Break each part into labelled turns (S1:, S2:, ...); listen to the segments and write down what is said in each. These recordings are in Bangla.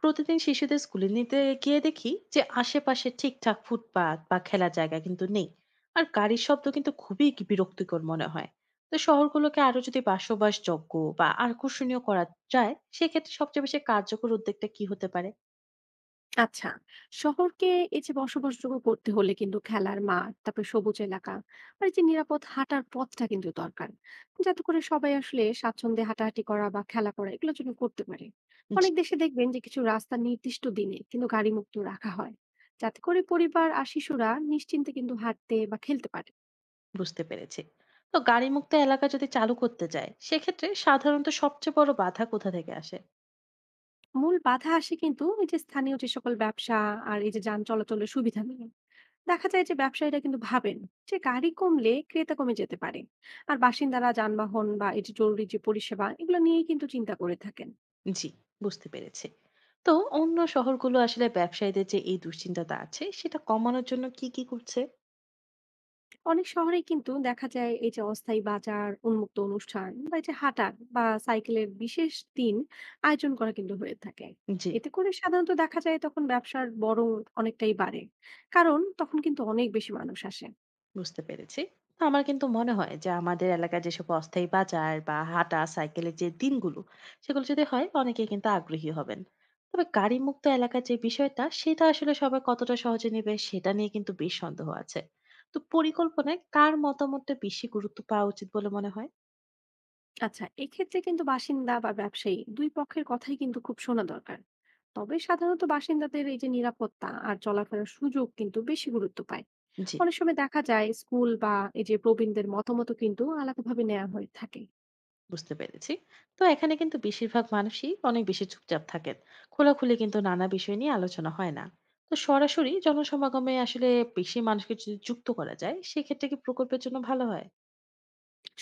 S1: প্রতিদিন শিশুদের স্কুলে নিতে গিয়ে দেখি যে আশেপাশে ঠিকঠাক ফুটপাত বা খেলার জায়গা কিন্তু নেই। আর গাড়ির শব্দ কিন্তু খুবই কি বিরক্তিকর মনে হয়। তো শহরগুলোকে আরো যদি বাসবাসযোগ্য বা আকর্ষণীয় করা যায় সেক্ষেত্রে সবচেয়ে বেশি কার্যকর উদ্যোগটা কি হতে পারে?
S2: আচ্ছা, শহরকে এই যে বসবাসযোগ্য করতে হলে কিন্তু খেলার মাঠ, তারপরে সবুজ এলাকা আর এই যে নিরাপদ হাঁটার পথটা কিন্তু দরকার, যাতে করে সবাই আসলে স্বাচ্ছন্দ্যে হাঁটাহাঁটি করা বা খেলা করা এগুলো জন্য করতে পারে।
S1: জি,
S2: অনেক দেশে দেখবেন যে কিছু রাস্তা নির্দিষ্ট দিনে কিন্তু গাড়ি মুক্ত রাখা হয়, যাতে করে পরিবার আর শিশুরা নিশ্চিন্তে কিন্তু হাঁটতে বা খেলতে পারে।
S1: বুঝতে পেরেছি। তো গাড়ি মুক্ত এলাকা যদি চালু করতে যায় সেক্ষেত্রে সাধারণত সবচেয়ে বড় বাধা কোথা থেকে আসে?
S2: মূল বাধা আসে কিন্তু এই যে স্থানীয় যে সকল ব্যবসা আর এই যে যান চলাচলের সুবিধা নিয়ে। দেখা যায় যে ব্যবসায়ীরা কিন্তু ভাবেন যে গাড়ি কমলে ক্রেতা কমে যেতে পারে, আর বাসিন্দারা যানবাহন বা এই যে জরুরি যে পরিষেবা এগুলো নিয়েই কিন্তু চিন্তা করে থাকেন।
S1: জি, বুঝতে পেরেছি। তো অন্য শহরগুলো আসলে ব্যবসায়ীদের যে এই দুশ্চিন্তাটা আছে সেটা কমানোর জন্য কি কি করছে?
S2: অনেক শহরে কিন্তু দেখা যায় এই যে অস্থায়ী বাজার, উন্মুক্ত অনুষ্ঠান বা এই যে হাঁটার বা সাইকেলের বিশেষ দিন আয়োজন করা কিন্তু হয়ে থাকে।
S1: জি,
S2: এতে করে সাধারণত দেখা যায় তখন ব্যবসার বড় অনেকটাই বাড়ে, কারণ তখন কিন্তু অনেক বেশি মানুষ আসে।
S1: বুঝতে পেরেছি। তো আমার কিন্তু মনে হয় যে আমাদের এলাকার যেসব অস্থায়ী বাজার বা হাঁটা সাইকেলের যে দিনগুলো সেগুলো যদি হয় অনেকেই কিন্তু আগ্রহী হবেন। তবে গাড়ি মুক্ত এলাকার যে বিষয়টা সেটা আসলে সবাই কতটা সহজে নেবে সেটা নিয়ে কিন্তু বেশ সন্দেহ আছে। তো পরিকল্পনায় কার মতামতটা বেশি গুরুত্ব পাওয়া উচিত বলে মনে হয়?
S2: আচ্ছা, এক্ষেত্রে কিন্তু বাসিন্দা বা ব্যবসায়ী দুই পক্ষের কথাই কিন্তু খুব শোনা দরকার। তবে সাধারণত বাসিন্দাদের এই যে নিরাপত্তা আর চলাফেরার সুযোগ কিন্তু বেশি গুরুত্ব পায়।
S1: জি,
S2: অনেক সময় দেখা যায় স্কুল বা এই যে প্রবীণদের মতামত কিন্তু আলাদাভাবে নেওয়া হয়ে থাকে।
S1: বুঝতে পেরেছি। তো এখানে কিন্তু বেশিরভাগ মানুষই অনেক বেশি চুপচাপ থাকেন, খোলাখুলি কিন্তু নানা বিষয় নিয়ে আলোচনা হয় না। তো সরাসরি জনসমাগমে আসলে বেশি মানুষকে যদি যুক্ত করা যায় সেক্ষেত্রে কি প্রকল্পের জন্য ভালো হয়?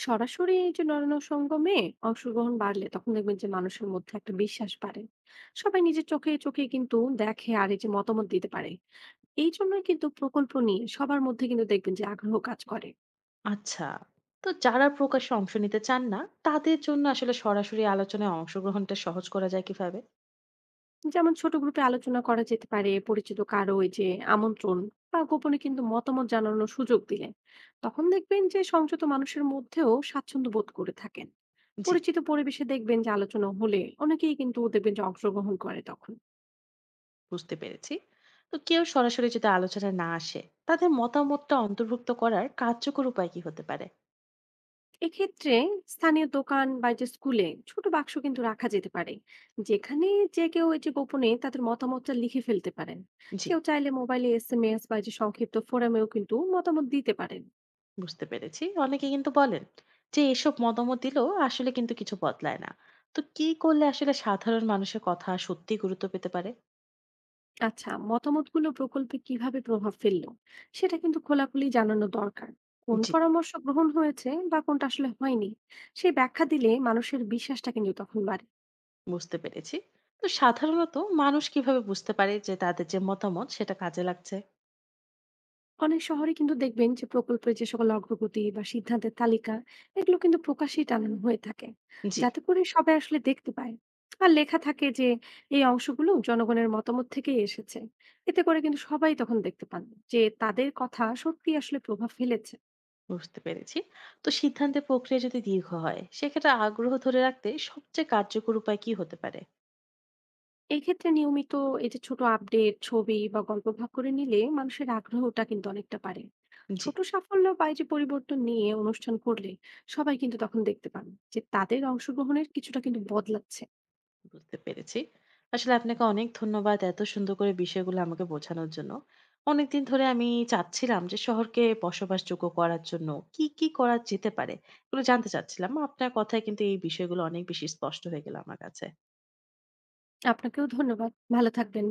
S2: সরাসরি এই যে নরনসঙ্গমে অংশগ্রহণ বাড়লে তখন দেখবেন যে মানুষের মধ্যে একটা বিশ্বাস বাড়ে। সবাই নিজের চোখে চোখে কিন্তু দেখে আর এই যে মতামত দিতে পারে। এই জন্যই কিন্তু প্রকল্প নিয়ে সবার মধ্যে কিন্তু দেখবেন যে আগ্রহ কাজ করে।
S1: আচ্ছা। তো যারা প্রকাশ্যে অংশ নিতে চান না, তাদের জন্য আসলে সরাসরি আলোচনায় অংশগ্রহণটা সহজ করা যায় কিভাবে?
S2: যেমন ছোট গ্রুপে আলোচনা করা যেতে পারে, পরিচিত কারো ওই যে আমন্ত্রণ বা গোপনে কিন্তু মতামত জানানোর সুযোগ দিলে তখন দেখবেন যে সংযত মানুষের মধ্যেও স্বাচ্ছন্দ্য বোধ করে থাকেন।
S1: জি,
S2: পরিচিত পরিবেশে দেখবেন যে আলোচনা হলে অনেকেই কিন্তু দেখবেন যে অংশগ্রহণ করে তখন।
S1: বুঝতে পেরেছি। তো কেউ সরাসরি যদি আলোচনায় না আসে, তাদের মতামতটা অন্তর্ভুক্ত করার কার্যকর উপায় কি হতে পারে?
S2: এক্ষেত্রে স্থানীয় দোকান বা যে স্কুলে ছোট বাক্স কিন্তু রাখা যেতে পারে, যেখানে যে কেউ এই যে গোপনে তাদের মতামতটা লিখে ফেলতে পারেন।
S1: জি,
S2: কেউ চাইলে মোবাইলে SMS বা এই যে সংক্ষিপ্ত ফোরামেও কিন্তু মতামত দিতে পারেন।
S1: বুঝতে পেরেছি। অনেকে কিন্তু বলেন যে এসব মতামত দিলেও আসলে কিন্তু কিছু বদলায় না। তো কি করলে আসলে সাধারণ মানুষের কথা সত্যিই গুরুত্ব পেতে পারে?
S2: আচ্ছা, মতামতগুলো প্রকল্পে কিভাবে প্রভাব ফেললো সেটা কিন্তু খোলাখুলি জানানো দরকার। কোন
S1: জি,
S2: পরামর্শ গ্রহণ হয়েছে বা কোনটা আসলে হয়নি, সেই ব্যাখ্যা দিলে মানুষের বিশ্বাসটা কিন্তু তখন বাড়ে।
S1: বুঝতে পেরেছি। তো সাধারণত মানুষ কিভাবে বুঝতে পারে যে তাদের যে মতামত সেটা কাজে লাগছে?
S2: অনেক শহরে কিন্তু দেখবেন যে প্রকল্পের যে সকল অগ্রগতি বা সিদ্ধান্তের তালিকা এগুলো কিন্তু প্রকাশ্যেই টানানো হয়ে থাকে,
S1: জি,
S2: যাতে করে সবাই আসলে দেখতে পায়। আর লেখা থাকে যে এই অংশগুলো জনগণের মতামত থেকেই এসেছে। এতে করে কিন্তু সবাই তখন দেখতে পান যে তাদের কথা সত্যি আসলে প্রভাব ফেলেছে।
S1: বুঝতে পেরেছি। তো সিদ্ধান্তের প্রক্রিয়া যদি দীর্ঘ হয়, সেক্ষেত্রে আগ্রহ ধরে রাখতে সবচেয়ে কার্যকর উপায় কি হতে পারে?
S2: এক্ষেত্রে নিয়মিত এই যে ছোট আপডেট, ছবি বা গল্প ভাগ করে নিলে মানুষের আগ্রহটা কিন্তু অনেকটা বাড়ে।
S1: জি,
S2: ছোট সাফল্য বা এই যে পরিবর্তন নিয়ে অনুষ্ঠান করলে সবাই কিন্তু তখন দেখতে পান যে তাদের অংশগ্রহণের কিছুটা কিন্তু বদলাচ্ছে।
S1: বুঝতে পেরেছি। আসলে আপনাকে অনেক ধন্যবাদ এত সুন্দর করে বিষয়গুলো আমাকে বোঝানোর জন্য। অনেকদিন ধরে আমি চাচ্ছিলাম যে শহরকে বসবাসযোগ্য করার জন্য কি, কি করা যেতে পারে? এগুলো জানতে চাচ্ছিলাম। আপনার কথায় কিন্তু এই বিষয়গুলো অনেক বেশি স্পষ্ট হয়ে গেল আমার কাছে।
S2: আপনাকেও ধন্যবাদ, ভালো থাকবেন।